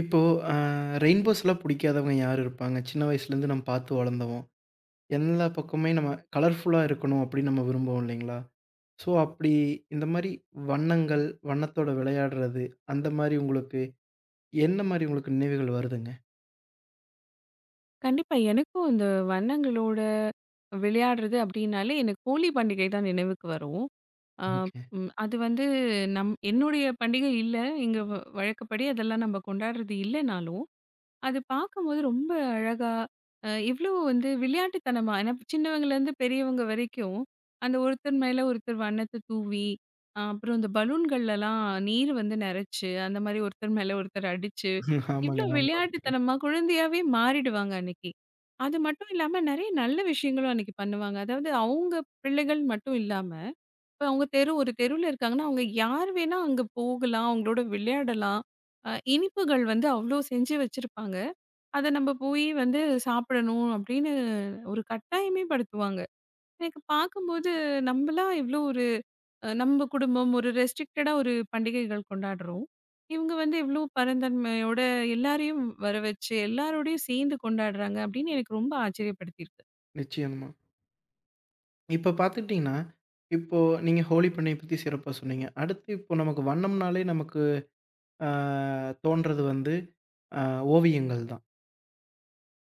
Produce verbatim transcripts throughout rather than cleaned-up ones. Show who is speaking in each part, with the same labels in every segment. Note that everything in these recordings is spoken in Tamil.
Speaker 1: இப்போ அ ரெயின்போஸ்லாம் பிடிக்காதவங்க யார் இருப்பாங்க? சின்ன வயசுலேருந்து நம்ம பார்த்து வளர்ந்தவோம். எல்லா பக்கமுமே நம்ம கலர்ஃபுல்லா இருக்கணும் அப்படின்னு நம்ம விரும்புவோம் இல்லைங்களா? ஸோ அப்படி இந்த மாரி வண்ணங்கள், வண்ணத்தோட விளையாடுறது அந்த மாரி உங்களுக்கு என்ன மாரி உங்களுக்கு நினைவுகள் வருதுங்க?
Speaker 2: கண்டிப்பா. எனக்கும் இந்த வண்ணங்களோட விளையாடுறது அப்படின்னாலே, எனக்கு ஹோலி பண்டிகை தான் நினைவுக்கு வரும். அ
Speaker 1: ம்ஹ்ம்.
Speaker 2: ம் அது வந்து நம் என்னுடைய பண்டிகை இல்ல. இங்க வ வழக்கப்படி அதெல்லாம் நம்ம கொண்டாடுறது இல்லனாலும், அது பார்க்கும்போது ரொம்ப அழகா, அ இவ்ளோ வந்து விளையாட்டுத்தனமா, ஏன்னா சின்னவங்கலேருந்து பெரியவங்க வரைக்கும், அந்த ஒருத்தர் மேல ஒருத்தர் வண்ணத்த தூவி, அ அப்புறம் இந்த பலூன்கள்லலாம் நீர் வந்து நெறச்சு, அந்த மாரி ஒருத்தர் மேல ஒருத்தர் அடிச்சு
Speaker 1: ஆமாங்க.
Speaker 2: இவ்ளோ
Speaker 1: நானும் பார்த்துருக்கேன்.
Speaker 2: விளையாட்டுத்தனமா குழந்தையாவே மாறிடுவாங்க அன்னைக்கு. அது மட்டும் இல்லாம நெறைய நல்ல விஷயங்களும் அன்னைக்கு பண்ணுவாங்க. அதாவது அவங்க பிள்ளைகள் மட்டும் இல்லாம, இப்ப அவங்க தெரு ஒரு தெருவுல இருக்காங்கன்னா, அவங்க யார் வேணா அங்க போகலாம். அவங்களோட விளையாடலாம். அ இனிப்புகள் வந்து அவ்ளோ செஞ்சு வச்சிருப்பாங்க. அத நம்ம போய் வந்து சாப்பிடணும் அப்படின்னு ஒரு கட்டாயமே படுத்துவாங்க. எனக்கு பார்க்கும்போது, நம்மலாம் இவ்ளோ ஒரு, அ நம்ம குடும்பம் ஒரு ரெஸ்ட்ரிக்டடா ஒரு பண்டிகைகள் கொண்டாடுறோம். இவங்க வந்து இவ்ளோ பரந்தன்மையோட எல்லாரையும் வர வச்சு, எல்லாரோடையும் சேர்ந்து கொண்டாடுறாங்க அப்படின்னு எனக்கு ரொம்ப ஆச்சரியப்படுத்தியிருக்கு.
Speaker 1: நிச்சயமா. இப்போ பார்த்துக்கிட்டிங்கன்னா, இப்போ நீங்க ஹோலி பண்டிகை பத்தி சிறப்பா சொன்னீங்க. அடுத்து இப்போ நமக்கு வண்ணம்னாலே நமக்கு அ தோன்றது வந்து அ ஓவியங்கள் தான்.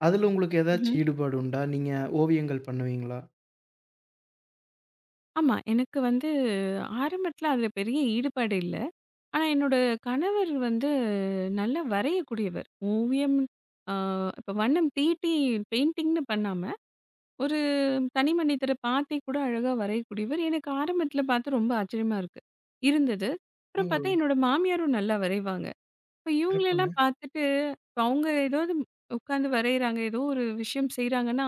Speaker 1: அதுல உங்களுக்கு ஏதாச்சு
Speaker 2: ம்ஹ்ம்.
Speaker 1: ஈடுபாடு உண்டா? நீங்க ஓவியங்கள் பண்ணுவீங்களா?
Speaker 2: ஆமா. எனக்கு வந்து ஆரம்பத்துல அதுல பெரிய ஈடுபாடு இல்ல. ஆனா என்னோட கணவர் வந்து நல்லா வரையக்கூடியவர். ஓவியம், அ இப்ப வண்ணம் தீட்டி பெயிண்டிங்ன்னு பண்ணாம ஒரு தனி மனிதர பார்த்தே கூட அழகா வரையக்கூடியவர். எனக்கு ஆரம்பத்தில பார்த்து ரொம்ப ஆச்சரியமா இருக்கு இருந்தது.
Speaker 1: ஓ!
Speaker 2: அப்புறம் பார்த்தா என்னோட மாமியாரும் நல்லா வரைவாங்க. இப்ப
Speaker 1: சிறப்புங்க.
Speaker 2: இவங்களெல்லாம் பார்த்துட்டு இப்ப அவங்க ஏதாவது உட்காந்து வரையறாங்க, ஏதோ ஒரு விஷயம் செய்றாங்கன்னா,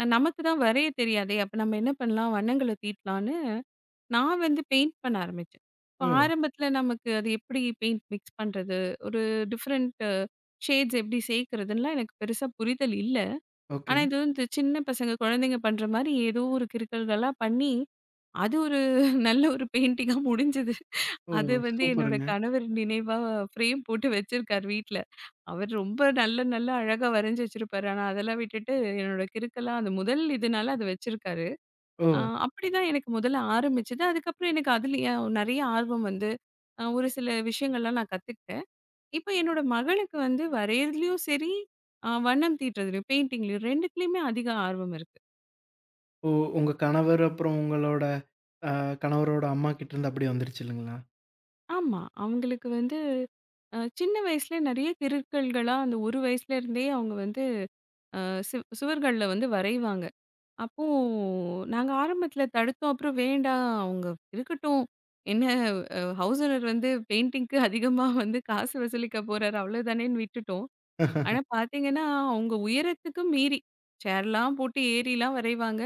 Speaker 2: அ நமக்கு தான் வரைய தெரியாதே! அப்ப நம்ம என்ன பண்ணலாம்? வண்ணங்கள தீட்டலான்னு நான் வந்து பெயிண்ட் பண்ண ஆரம்பிச்சேன்.
Speaker 1: ஓ!
Speaker 2: இப்ப ஆரம்பத்தில நமக்கு அது எப்படி பெயிண்ட் மிக்ஸ் பண்றது? ஒரு டிஃபரண்ட் ஷேட்ஸ் எப்படி சேர்க்கிறதுன்லாம் எனக்கு பெருசா புரிதல் இல்ல.
Speaker 1: ஓகே.
Speaker 2: ஆனா, இது வந்து சின்ன பசங்க குழந்தைங்க பண்ற மாரி ஏதோ ஒரு கிறுக்கல்களா பண்ணி, அது ஒரு நல்ல ஒரு பெயிண்டிங்கா முடிஞ்சது.
Speaker 1: ஓ!
Speaker 2: அது வந்து என்னோட
Speaker 1: சூப்பருங்க.
Speaker 2: கணவர் நினைவா ஃப்ரேம் போட்டு வச்சிருக்காரு வீட்ல. அவர் ரொம்ப நல்ல நல்ல அழகா வரைஞ்சு வச்சிருப்பாரு. ஆனா, அதெல்லாம் விட்டுட்டு என்னோட கிறுக்கலா அந்த முதல் இதுனால அத வச்சிருக்காரு. அ
Speaker 1: ஓ!
Speaker 2: அப்படிதான் எனக்கு முதல்ல ஆரம்பிச்சது. அதுக்கப்புறம் எனக்கு அதுலயே நெறைய ஆர்வம் வந்து, அ ஒரு சில விஷயங்கள்லாம் நான் கத்துக்கிட்டேன். இப்ப என்னோட மகளுக்கு வந்து வரையிறதுலயும் சரி, அ வண்ணம் தீட்டுறதுலயும், பெயிண்டிங்லயும் 2த்துலயுமே அதிக ஆர்வம் இருக்கு.
Speaker 1: ஓ! உங்க கணவர் அப்புறம் உங்களோட அ கணவரோட அம்மா கிட்டருந்து அப்படியே வந்துருச்சு இல்லைங்களா?
Speaker 2: ஆமா. அவங்களுக்கு வந்து அ சின்ன வயசுல நெறைய கிறுக்கல்களா அந்த ஒரு வயசுல இருந்தே அவங்க வந்து அ சு சுவர்கள்ல வந்து வரைவாங்க. அப்போ நாங்க ஆரம்பத்துல தடுத்தோம். அப்புறம் வேண்டாம், அவங்க இருக்கட்டும். என்ன, அ ஹவுஸ் ஓனர் வந்து பெயிண்டிங்க்கு அதிகமா வந்து காசு வசூலிக்க போறாரு அவ்வளோதானேன்னு விட்டுட்டோம். ஆனா பார்த்தீங்கன்னா, அவங்க உயரத்துக்கு மீறி சேர்லாம் போட்டு ஏறிலாம் வரைவாங்க.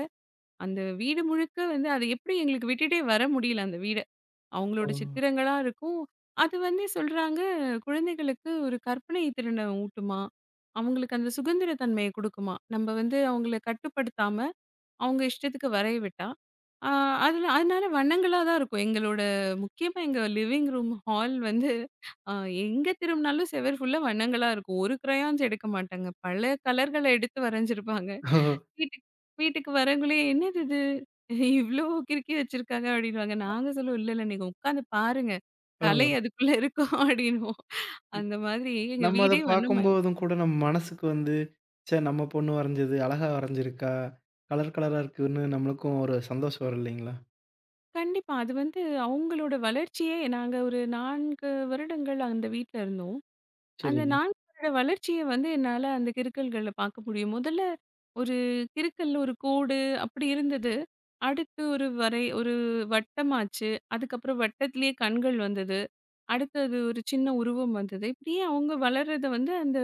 Speaker 2: அந்த வீடு முழுக்க வந்து அது எப்படி எங்களுக்கு விட்டுட்டே வர முடியல அந்த வீட.
Speaker 1: ஓ!
Speaker 2: அவங்களோட சித்திரங்களா இருக்கும். அது வந்து சொல்றாங்க, குழந்தைகளுக்கு ஒரு கற்பனை திறன ஊட்டுமாம். அவங்களுக்கு அந்த சுதந்திர தன்மைய குடுக்குமாம். நம்ம வந்து அவங்கள கட்டுப்படுத்தாம, அவங்க இஷ்டத்துக்கு வரைய விட்டா, ஆ அதுல அதனால வண்ணங்களா தான் இருக்கும். எங்களோட முக்கியமா எங்க லிவிங் ரூம் ஹால் வந்து அ எங்க திரும்பினாலும் செவர் ஃபுல்லா வண்ணங்களா இருக்கும். ஒரு கிரையான்ஸ் எடுக்க மாட்டாங்க. பல கலர்கள எடுத்து வரைஞ்சிருப்பாங்க.
Speaker 1: ஓ!
Speaker 2: வீட்டுக்கு வீட்டுக்கு வரவங்களே, "என்னது இது? இவ்ளோ கிறுக்கி வச்சிருக்காங்க" அப்படின்னுவாங்க. நாங்க சொல்லுவோம், "இல்ல, இல்ல, நீங்க உட்காந்து பாருங்க.
Speaker 1: ஓ!
Speaker 2: கலை அதுக்குள்ள இருக்கும்" அப்படின்னுவோம். அந்த மாதிரி எங்க
Speaker 1: நம்ம அத
Speaker 2: வீடே வந்து ம
Speaker 1: பார்க்கும்போதும் கூட நம்ம மனசுக்கு வந்து, ச்சே நம்ம பொண்ணு வரைஞ்சது அழகா வரைஞ்சிருக்கா, கலர் கலரா இருக்குன்னு நம்மளுக்கும் ஒரு சந்தோஷம் வரும் இல்லைங்களா?
Speaker 2: கண்டிப்பா. அது வந்து அவங்களோட வளர்ச்சியே. நாங்க ஒரு நான்கு வருடங்கள் அந்த வீட்ல இருந்தோம். அந்த
Speaker 1: சரிங்க.
Speaker 2: நான்கு வருட வளர்ச்சிய வந்து என்னால அந்த கிறுக்கல்கள்ல பார்க்க முடியும். முதல்ல ஒரு கிறுக்கல்ல ஒரு கோடு அப்படி இருந்தது. அடுத்து ஒரு வரை ஒரு வட்டமாச்சு. அதுக்கப்புறம் வட்டத்திலேயே கண்கள் வந்தது. அடுத்தது ஒரு சின்ன உருவம் வந்தது. இப்படியே அவங்க வளர்றத வந்து அந்த,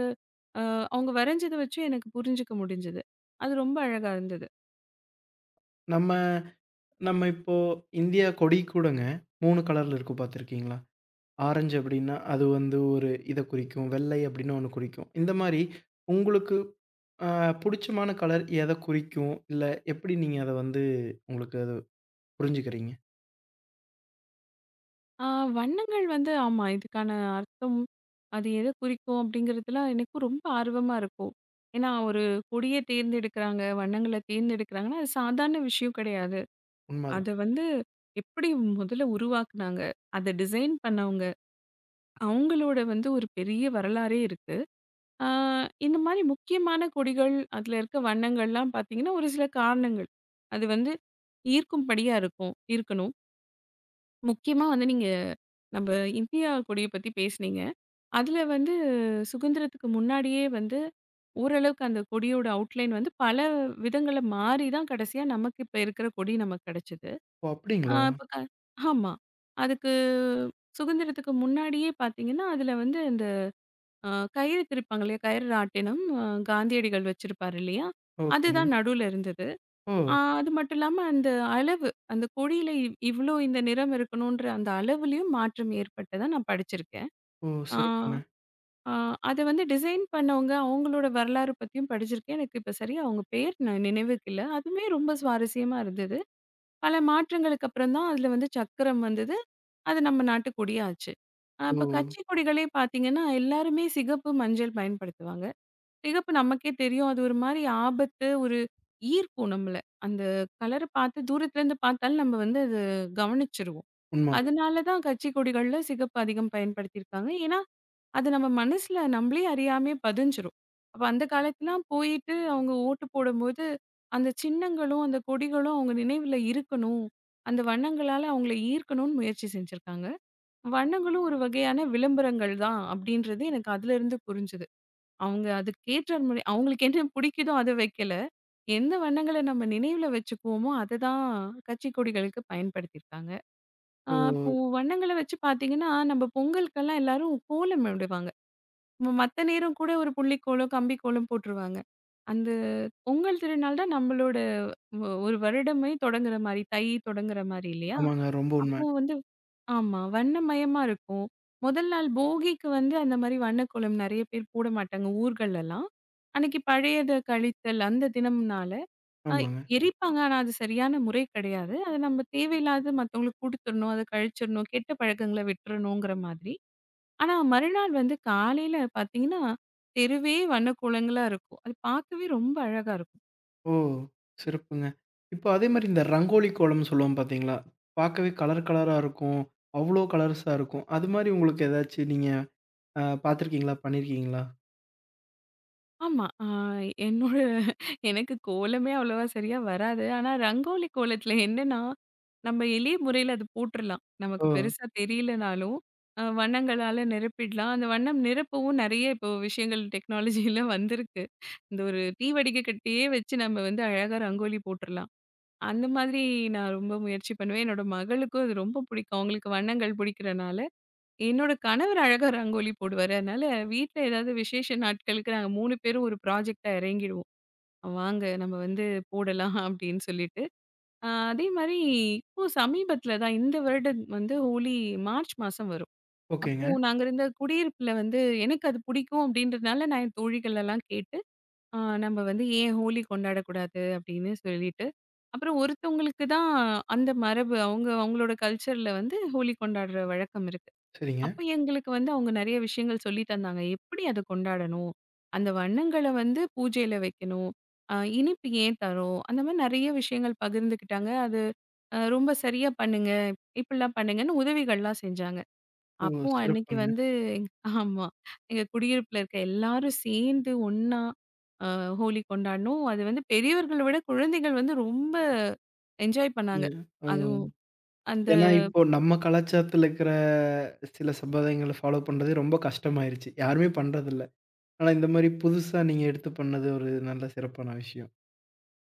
Speaker 2: அ அவங்க வரைஞ்சத வச்சு எனக்கு புரிஞ்சுக்க முடிஞ்சது. அது ரொம்ப அழகா இருந்தது.
Speaker 1: நம்ம நம்ம இப்போ இந்தியா கொடி கூடங்க மூணு கலர்ல இருக்கும் பார்த்துருக்கீங்களா? ஆரஞ்சு அப்படின்னா, அது வந்து ஒரு இத குறிக்கும். வெள்ளை அப்படின்னு ஒண்ணு குறிக்கும். இந்த மாரி உங்களுக்கு அ புடிச்சமான கலர் எத குறிக்கும்? இல்ல எப்படி நீங்க அத வந்து உங்களுக்கு அது புரிஞ்சுக்கிறீங்க?
Speaker 2: ஆ, வண்ணங்கள் வந்து ஆமா. இதுக்கான அர்த்தம், அது எத குறிக்கும் அப்படிங்கிறதுலாம் எனக்கும் ரொம்ப ஆர்வமா இருக்கும். ஏன்னா, ஒரு கொடிய தேர்ந்தெடுக்கிறாங்க, வண்ணங்கள தேர்ந்தெடுக்கிறாங்கன்னா, அது சாதாரண விஷயம் கிடையாது.
Speaker 1: உண்மதான்.
Speaker 2: அத வந்து எப்படி முதல்ல உருவாக்குனாங்க, அத டிசைன் பண்ணவங்க, அவங்களோட வந்து ஒரு பெரிய வரலாறே இருக்கு. ஆ, இந்த மாரி முக்கியமான கொடிகள், அதுல இருக்க வண்ணங்கள்லாம் பார்த்தீங்கன்னா, ஒரு சில காரணங்கள். அது வந்து ஈர்க்கும்படியா இருக்கும், இருக்கணும். முக்கியமா வந்து நீங்க நம்ப இந்தியா கொடிய பத்தி பேசுனீங்க. அதுல வந்து சுதந்திரத்துக்கு முன்னாடியே வந்து ஓரளவுக்கு அந்த கொடியோட அவுட்லைன் வந்து பல விதங்கள்ல மாறி தான் கடைசியா நமக்கு இப்ப இருக்கிற கொடி நமக்கு கிடைச்சது.
Speaker 1: ஓ!
Speaker 2: ஆ
Speaker 1: அப்படிங்களா?
Speaker 2: இப்ப க ஆமா. அதுக்கு சுதந்திரத்துக்கு முன்னாடியே பார்த்தீங்கன்னா, அதுல வந்து இந்த, அ கயிறு திரிப்பாங்க இல்லையா? கயிறு ராட்டினம் அ காந்தியடிகள் வச்சிருப்பாரு இல்லையா?
Speaker 1: ஓகேங்க.
Speaker 2: அதுதான் நடுவுல இருந்தது.
Speaker 1: ஓ!
Speaker 2: ஆ, அது மட்டும் இல்லாம அந்த அளவு, அந்த கொடியில இவ் இவ்ளோ இந்த நிறம் இருக்கணுன்ற அந்த அளவுலயும் மாற்றம் ஏற்பட்டதா நான் படிச்சிருக்கேன்.
Speaker 1: ஓ!
Speaker 2: ஆ.
Speaker 1: சிறப்புங்க.
Speaker 2: ஆ, அத வந்து டிசைன் பண்ணவங்க, அவங்களோட வரலாறு பத்தியும் படிச்சிருக்கேன். எனக்கு இப்ப சரியா அவங்க பேர் ந நினைவுக்கு இல்ல. அதுவுமே ரொம்ப சுவாரஸ்யமா இருந்தது. பல மாற்றங்களுக்கு அப்புறம் தான் அதுல வந்து சக்கரம் வந்தது. அது நம்ம நாட்டு கொடியா ஆச்சு. அ
Speaker 1: ஓ!
Speaker 2: இப்ப கட்சி கொடிகளே பார்த்தீங்கன்னா, எல்லாருமே சிகப்பு, மஞ்சள் பயன்படுத்துவாங்க. சிகப்பு நமக்கே தெரியும். அது ஒரு மாரி ஆபத்து, ஒரு ஈர்க்கும் நம்மள. அந்த கலர பார்த்து தூரத்துலருந்து பார்த்தாலும் நம்ம வந்து அது கவனிச்சுருவோம்.
Speaker 1: உண்மதான்.
Speaker 2: அதனால தான் கட்சி கொடிகள்ல சிகப்பு அதிகம் பயன்படுத்தியிருக்காங்க. ஏன்னா அது நம்ம மனசுல நம்மளே அறியாமையே பதிஞ்சிரும். அப்ப அந்த காலத்துலாம் போயிட்டு அவங்க ஓட்டு போடும்போது, அந்த சின்னங்களும், அந்த கொடிகளும் அவங்க நினைவுல இருக்கணும். அந்த வண்ணங்களால அவங்கள ஈர்க்கணும்னு முயற்சி செஞ்சிருக்காங்க. வண்ணங்களும் ஒரு வகையான விளம்பரங்கள் தான் அப்படின்றது எனக்கு அதிலிருந்து புரிஞ்சது. அவங்க அதுக்கேற்ற முறை அவங்களுக்கு என்ன பிடிக்குதோ அத வைக்கல. எந்த வண்ணங்கள நம்ம நினைவுல வச்சுக்குவோமோ, அததான் கட்சி கொடிகளுக்கு பயன்படுத்தியிருக்காங்க. அ
Speaker 1: ஓ!
Speaker 2: இப்போ வண்ணங்கள வச்சு பார்த்தீங்கன்னா, நம்ம பொங்கலுக்கெல்லாம் எல்லாரும் கோலம் போடுவாங்க. நம்ம மத்த நேரம் கூட ஒரு புள்ளிக்கோலோ, கம்பிக்கோலும் போட்டுருவாங்க. அந்த பொங்கல் திருநாள் தான் நம்மளோட ஒ ஒரு வருடமே தொடங்குற மாரி, தை தொடங்குற மாரி இல்லையா?
Speaker 1: ஆமாங்க. ரொம்ப உண்ம.
Speaker 2: அப்போ வந்து ஆமா, வண்ணமயமா இருக்கும். முதல் நாள் போகிக்கு வந்து அந்த மாரி வண்ணக்கோலம் நெறைய பேர் போட மாட்டாங்க ஊர்கள்லலாம். அன்னைக்கு பழையத கழித்தல் அந்த தினம்னால, அ
Speaker 1: ஆமாங்க.
Speaker 2: எரிப்பாங்க. ஆனா அது சரியான முறை கிடையாது. அத நம்ம தேவையில்லாத மத்தவங்களுக்கு குடுத்துறணும், அத கழிச்சிடணும், கெட்ட பழக்கங்கள விட்டுறணுங்கிற மாதிரி. ஆனா, மறுநாள் வந்து காலையில பார்த்தீங்கன்னா, தெருவே வண்ணக்கோலங்களா இருக்கும். அது பார்க்கவே ரொம்ப அழகா இருக்கும்.
Speaker 1: ஓ! சிறப்புங்க. இப்போ அதே மாரி இந்த ரங்கோலி கோலம்னு சொல்லுவோம் பார்த்தீங்களா? பார்க்கவே கலர் கலரா இருக்கும். அவ்ளோ கலர்ஸா இருக்கும். அது மாரி உங்களுக்கு ஏதாச்சு நீங்க அ பார்த்துருக்கீங்களா? பண்ணியிருக்கீங்களா?
Speaker 2: ஆமா. ஆ என்னோட எனக்கு கோலமே அவ்வளவா சரியா வராது. ஆனா, ரங்கோலி கோலத்தில என்னன்னா, நம்ம எளிய முறையில அது போட்டுறலாம்.
Speaker 1: ஓ!
Speaker 2: நமக்கு பெருசா தெரியலனாலும், அ வண்ணங்களால நிரப்பிடலாம். அந்த வண்ணம் நிரப்பவும் நெறைய இப்போ விஷயங்கள் டெக்னாலஜிலாம் வந்திருக்கு. இந்த ஒரு தீவடிகை கட்டையே வச்சு நம்ம வந்து அழகா ரங்கோலி போட்டுறலாம். அந்த மாதிரி நான் ரொம்ப முயற்சி பண்ணுவேன். என்னோட மகளுக்கும் அது ரொம்ப பிடிக்கும். அவங்களுக்கு வண்ணங்கள் பிடிக்கிறனால, என்னோட கணவர் அழகா ரங்கோலி போடுவாரு. அதனால வீட்ல ஏதாவது விசேஷ நாட்களுக்கு நாங்க மூணு பேரும் ஒரு ப்ராஜெக்ட்டா இறங்கிடுவோம். வாங்க நம்ம வந்து போடலாம் அப்படின்னு சொல்லிட்டு. அ அதே மாரி இப்போ சமீபத்தில தான் இந்த வருடம் வந்து ஹோலி மார்ச் மாசம் வரும்.
Speaker 1: ஓகேங்க.
Speaker 2: அப்போ நாங்க இருந்த குடியிருப்புல வந்து எனக்கு அது பிடிக்கும் அப்படின்றதுனால நான் என் தோழிகள் எல்லாம் கேட்டு, அ நம்ம வந்து ஏன் ஹோலி கொண்டாடக்கூடாது அப்படின்னு சொல்லிட்டு, அப்புறம் ஒருத்தவங்களுக்கு தான் அந்த மரபு. அவங்க அவங்களோட கல்ச்சர்ல வந்து ஹோலி கொண்டாடுற வழக்கம் இருக்கு.
Speaker 1: சரிங்க.
Speaker 2: அப்ப எங்களுக்கு வந்து அவங்க நெறைய விஷயங்கள் சொல்லி தந்தாங்க. எப்படி அத கொண்டாடணும்? அந்த வண்ணங்கள வந்து பூஜையில வைக்கணும். அ இனிப்பு ஏன் தரோம்? அந்த மாரி நெறைய விஷயங்கள் பகிர்ந்துக்கிட்டாங்க. அது அ ரொம்ப சரியா பண்ணுங்க. இப்படிலாம் பண்ணுங்கன்னு உதவிகள்லாம் செஞ்சாங்க.
Speaker 1: ஓ!
Speaker 2: அப்போ அன்னைக்கு
Speaker 1: சிறப்புங்க.
Speaker 2: வந்து எங்க- ஆமா. எங்க குடியிருப்புல இருக்க எல்லாரும் சேர்ந்து ஒண்ணா அ ஹோலி கொண்டாடினோம். அது வந்து பெரியவர்கள விட குழந்தைகள் வந்து ரொம்ப என்ஜாய் பண்ணாங்க.
Speaker 1: இது ஓ!
Speaker 2: அதுவும் அந்த
Speaker 1: ஏன்னா இப்போ நம்ம கலாச்சாரத்துல இருக்கிற சில சம்பிரதாயங்கள ஃபாலோ பண்றது ரொம்ப கஷ்டமாயிருச்சு. யாருமே பண்றதில்ல. ஆனா இந்த மாரி புதுசா நீங்க எடுத்து பண்ணது ஒரு நல்ல சிறப்பான விஷயம்.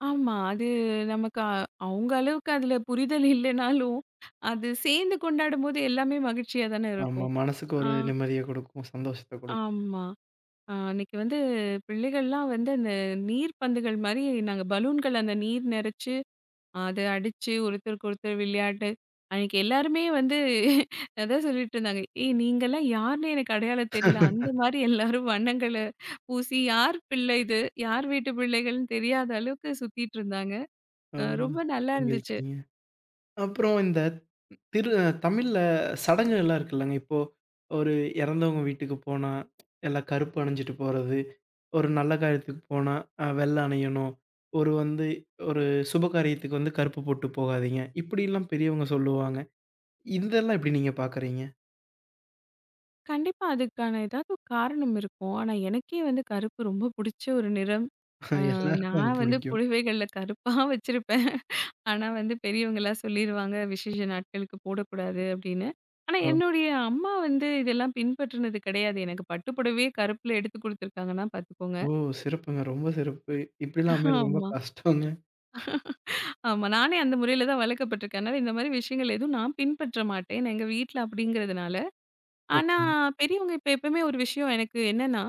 Speaker 2: ஆமா. அது நமக்கு அ அவங்க அளவுக்கு அதுல புரிதல் இல்லைனாலும், அது சேர்ந்து கொண்டாடும்போது எல்லாமே மகிழ்ச்சியா தானே
Speaker 1: ஆமா,
Speaker 2: இருக்கும்.
Speaker 1: மனசுக்கு ஒரு
Speaker 2: ஆ,
Speaker 1: நிம்மதிய குடுக்கும், சந்தோஷத்த குடுக்கும்.
Speaker 2: ஆமா. அ அன்னைக்கு வந்து பிள்ளைகள்லாம் வந்து அந்த நீர் பந்துகள் மாரி நாங்க பலூன்கள் அந்த நீர் நெறச்சு அது அடிச்சு ஒருத்தருக்கு ஒருத்தர் விளையாட்டு. அன்னைக்கு எல்லாருமே வந்து அதான் சொல்லிட்டு இருந்தாங்க. "ஏய் நீங்கலாம் யாருன்னு எனக்கு அடையாளம் தெரியல." அந்த மாரி எல்லாரும் வண்ணங்கள பூசி யார் பிள்ளை இது? யார் வீட்டு பிள்ளைகள்ன்னு தெரியாத அளவுக்கு சுத்திட்டு இருந்தாங்க. அ
Speaker 1: ஆமா,
Speaker 2: ரொம்ப நல்லா இருந்துச்சு.
Speaker 1: மகிழ்ச்சிங்க. அப்புறம் இந்த திரு தமிழ்ல சடங்குகள்லாம் இருக்குல்லங்க. இப்போ ஒரு இறந்தவங்க வீட்டுக்கு போனா, எல்லாம் கருப்பு அணிஞ்சுட்டு போறது. ஒரு நல்ல காரியத்துக்கு போனா, அ வெள்ள அணியணும். ஒரு வந்து ஒரு சுப காரியத்துக்கு வந்து கருப்பு போட்டு போகாதீங்க. இப்படிலாம் பெரியவங்க சொல்லுவாங்க. இதெல்லாம் எப்படி நீங்க பார்க்குறீங்க?
Speaker 2: கண்டிப்பா அதுக்கான ஏதாவது ஒரு காரணம் இருக்கும். ஆனா எனக்கே வந்து கருப்பு ரொம்ப புடிச்ச ஒரு நிறம். அ
Speaker 1: எல்லாருக்கும் அது
Speaker 2: நான் வந்து
Speaker 1: புடிக்கும்.
Speaker 2: புடவைகள்ல கருப்பா வச்சிருப்பேன். ஆனா வந்து பெரியவங்கலாம் சொல்லிருவாங்க, விசேஷ நாட்களுக்கு போடக்கூடாது அப்படின்னு. ஆனா
Speaker 1: ஓ!
Speaker 2: என்னுடைய அம்மா வந்து இதெல்லாம் பின்பற்றினது கிடையாது. எனக்கு பட்டு புடவையே கருப்புல எடுத்து குடுத்துருக்காங்கன்னா பார்த்துக்கோங்க.
Speaker 1: ஓ! சிறப்புங்க. ரொம்ப சிறப்பு. இப்படிலாம் அமையறது ரொம்ப
Speaker 2: ஆமா,
Speaker 1: கஷ்டங்க.
Speaker 2: ஆமா. நானே அந்த முறையில தான் வளர்க்கப்பட்டுருக்கேன். அதனால இந்த மாரி விஷயங்கள் எதுவும் நான் பின்பற்ற மாட்டேன். ஏன்னா எங்க வீட்ல அப்படிங்கிறதுனால. ஆனா
Speaker 1: ஓகேங்க.
Speaker 2: பெரியவங்க இப்ப எப்பவுமே ஒரு விஷயம் எனக்கு என்னன்னா,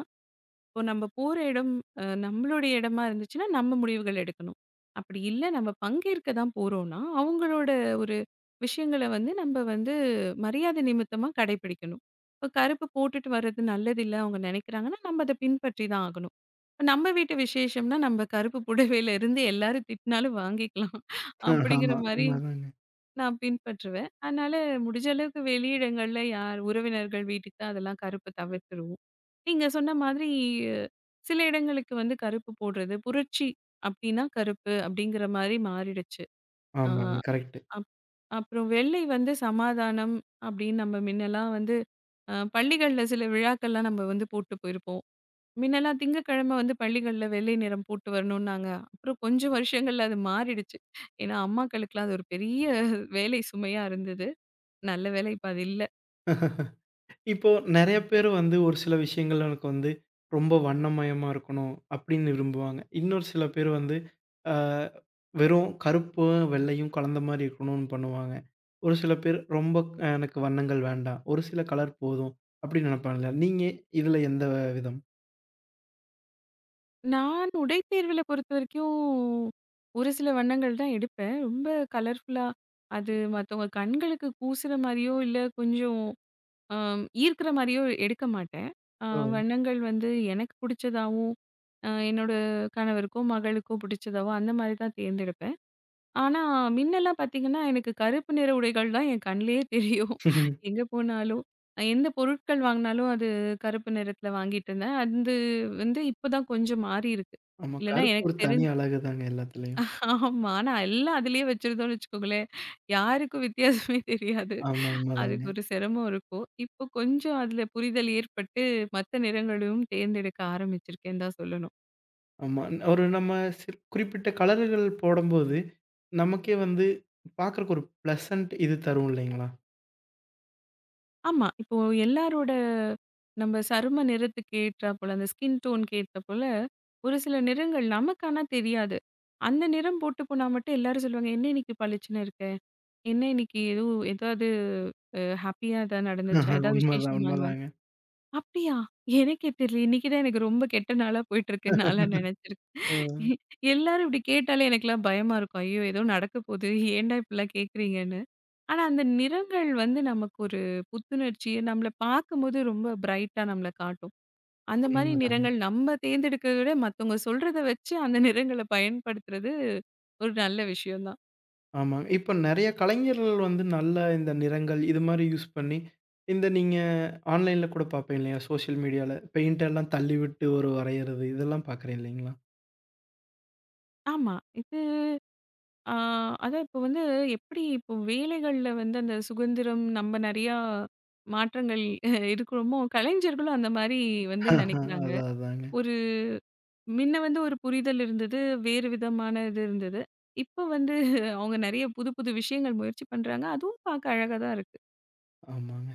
Speaker 2: இப்போ நம்ம போற இடம் அ நம்மளுடைய இடமா இருந்துச்சுன்னா, நம்ம முடிவுகள் எடுக்கணும். அப்படி இல்ல நம்ம பங்கேற்க தான் போறோம்னா, அவங்களோட ஒரு விஷயங்கள வந்து நம்ம வந்து மரியாதை நிமித்தமா கடைப்பிடிக்கணும். இப்போ கருப்பு போட்டுட்டு வர்றது நல்லதில்ல அவங்க நினைக்கிறாங்கன்னா, நம்ம அத பின்பற்றி தான் ஆகணும். இப்ப நம்ம வீட்டு விசேஷம்னா, நம்ம கருப்பு புடவையில இருந்து எல்லாரும் திட்டினாலும் வாங்கிக்கலாம். அப்படிங்கிற
Speaker 1: ஆமா.
Speaker 2: மாரி
Speaker 1: உண்மதாங்க.
Speaker 2: நான் பின்பற்றுவேன். அதனால முடிஞ்ச அளவுக்கு வெளியிடங்கள்ல யார் உறவினர்கள் வீட்டுக்கு அதெல்லாம் கருப்பு தவிர்த்துருவோம். நீங்க சொன்ன மாதிரி, அஹ், சில இடங்களுக்கு வந்து கருப்பு போடுறது, புரட்சி அப்டின்னா கருப்பு அப்டிங்கிற மாரி மாறிடுச்சு. ஆ
Speaker 1: ஆமாங்க. கரெக்ட்.
Speaker 2: அப் அப்புறம் வெள்ளை வந்து சமாதானம் அப்டின்னு நம்ம முன்னலாம் வந்து அ பள்ளிகள்ல சில விழாக்கள்லாம் நம்ம வந்து போட்டு போயிருப்போம். முன்னெல்லாம் திங்கட்கிழமை வந்து பள்ளிகள்ல வெள்ளை நிறம் போட்டு வரணும்னாங்க. அப்புறம் கொஞ்சம் வருஷங்கள்ல அது மாறிடுச்சு. ஏன்னா, அம்மாக்களுக்கெல்லாம் அது ஒரு பெரிய வேலை சுமையா இருந்தது. நல்ல வேளை இப்ப அது இல்ல.
Speaker 1: இப்போ நெறைய பேரு வந்து ஒரு சில விஷயங்கள் எனக்கு வந்து ரொம்ப வண்ணமயமா இருக்கணும் அப்படின்னு விரும்புவாங்க. இன்னொரு சில பேர் வந்து அ வெறும் கருப்பும், வெள்ளையும் கலந்த மாரி இருக்கணும்னு பண்ணுவாங்க. ஒரு சில பேர் ரொம்ப அ எனக்கு வண்ணங்கள் வேண்டாம். ஒரு சில கலர் போதும் அப்படின்னு நெனைப்பாங்கல்ல. நீங்க இதுல எந்த விதம்?
Speaker 2: நான் உடைத்தேர்வுல பொறுத்தவரைக்கும் ஒரு சில வண்ணங்கள் தான் எடுப்பேன். ரொம்ப கலர்ஃபுல்லா அது மத்தவங்க கண்களுக்கு கூசுற மாரியோ, இல்ல கொஞ்சம் அ ஈர்க்கிற மாரியோ எடுக்க மாட்டேன். அ
Speaker 1: ஓ!
Speaker 2: வண்ணங்கள் வந்து எனக்கு புடிச்சதாவும், அ என்னோட கணவருக்கோ, மகளுக்கோ பிடிச்சதாவோ அந்த மாரி தான் தேர்ந்தெடுப்பேன். ஆனா, மின்னலாம் பார்த்தீங்கன்னா, எனக்கு கருப்பு நிற உடைகள் தான் என் கண்லயே தெரியும். எங்க போனாலும், அஹ் எந்த பொருட்கள் வாங்குனாலும் அது கருப்பு நிறத்தில வாங்கிட்டு இருந்தேன். அது வந்து இப்ப தான் கொஞ்சம் மாறியிருக்கு.
Speaker 1: ஆமா.
Speaker 2: இல்லன்னா
Speaker 1: கருப்பு
Speaker 2: எனக்கு
Speaker 1: ஒரு தனி
Speaker 2: தெரிஞ்
Speaker 1: அழகுதாங்க எல்லாத்துலயும்.
Speaker 2: ஆமா. ஆனா எல்லாம் அதிலயே வச்சிருந்தோம்னு வச்சுக்கோங்களேன், யாருக்கும் வித்தியாசமே தெரியாது.
Speaker 1: ஆமா உண்மதாங்க.
Speaker 2: அதுக்கு ஒரு சிரமம் இருக்கும். இப்போ கொஞ்சம் அதில புரிதல் ஏற்பட்டு, மத்த நிறங்களும் தேர்ந்தெடுக்க ஆரம்பிச்சிருக்கேன்னு தான் சொல்லணும்.
Speaker 1: ஆமா. ஒரு நம்ம சிற் குறிப்பிட்ட கலர்கள் போடம்போது, நமக்கே வந்து பார்க்கறக்கு ஒரு பிளசன்ட் இது தரும் இல்லைங்களா?
Speaker 2: ஆமா. இப்போ எல்லாரோட நம்ம சரும நிறத்துக்கு ஏற்றாற்போல, அந்த ஸ்கின் டோன்க்கு ஏற்றாற்போல, ஒரு சில நிறங்கள் நமக்கு ஆனா தெரியாது. அந்த நிறம் போட்டு போனா மட்டும் எல்லாரும் சொல்லுவாங்க, "என்ன இன்னைக்கு பளிச்சுன்னு இருக்க? என்ன இன்னைக்கு எதுவும் ஏதாவது அ ஹாப்பியா ஏதாவது நடந்துச்சா? ஏதாவது
Speaker 1: உண்மதான்,
Speaker 2: விசேஷமான்னுவாங்க."
Speaker 1: உண்மதாங்க.
Speaker 2: "அப்படியா? எனக்கே தெரியல. இன்னைக்கு தான் எனக்கு ரொம்ப கெட்ட நாளா போயிட்டுருக்குன்னு நான்லாம் நெனச்சிருக்கேன்."
Speaker 1: ம்.
Speaker 2: எல்லாரும் இப்படி கேட்டாலே எனக்கெல்லாம் பயமா இருக்கும். ஐயோ! ஏதோ நடக்க போகுது. ஏன்டா இப்படிலாம் கேட்குறீங்கன்னு. ஆனா, அந்த நிறங்கள் வந்து நமக்கு ஒரு புத்துணர்ச்சிய, நம்மள பார்க்கும்போது ரொம்ப பிரைட்டா நம்மள காட்டும். அந்த மாரி
Speaker 1: உண்மதாங்க.
Speaker 2: நிறங்கள் நம்ம தேர்ந்தெடுக்கிறத விட மத்தவங்க சொல்றத வச்சு அந்த நிறங்கள பயன்படுத்துறது ஒரு நல்ல விஷயம் தான்.
Speaker 1: ஆமாங்க. இப்ப நெறைய கலைஞர்கள் வந்து நல்ல இந்த நிறங்கள், இது மாரி யூஸ் பண்ணி, இந்த நீங்க ஆன்லைன்ல கூட பார்ப்பீங்க இல்லையா? சோசியல் மீடியால பெயிண்ட் எல்லாம் தள்ளிவிட்டு ஒரு வரையறது, இதெல்லாம் பார்க்குறேன் இல்லைங்களா?
Speaker 2: ஆமா. இது ஆ அதான் இப்போ வந்து எப்படி இப்போ வேலைகள்ல வந்து அந்த சுதந்திரம் நம்ம நெறையா மாற்றங்கள், அஹ், இருக்கிறோமோ, கலைஞர்களும் அந்த மாரி வந்து
Speaker 1: ஆஹா,
Speaker 2: நெனைக்கிறாங்க.
Speaker 1: அதான், அதாங்க.
Speaker 2: ஒரு முன்ன வந்து ஒரு புரிதல் இருந்தது. வேறு விதமான இது இருந்தது. இப்போ வந்து அவங்க நெறைய புது புது விஷயங்கள் முயற்சி பண்றாங்க. அதுவும் பார்க்க அழகா தான் இருக்கு.
Speaker 1: ஆமாங்க.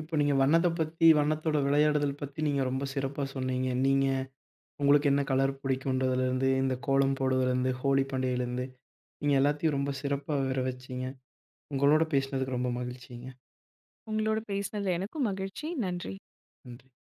Speaker 1: இப்போ நீங்க வண்ணத்த பத்தி, வண்ணத்தோட விளையாடுதல் பத்தி நீங்க ரொம்ப சிறப்பா சொன்னீங்க. நீங்க உங்களுக்கு என்ன கலர் பிடிக்குன்றதுலேருந்து, இந்த கோலம் போடுவதுலேருந்து, ஹோலி பண்டிகையிலேருந்து, நீங்க எல்லாத்தையும் ரொம்ப சிறப்பா விவர வச்சீங்க. உங்களோட பேசினதுக்கு ரொம்ப மகிழ்ச்சிங்க.
Speaker 2: உங்களோட பேசினதுல எனக்கும் மகிழ்ச்சி. நன்றி.
Speaker 1: நன்றி.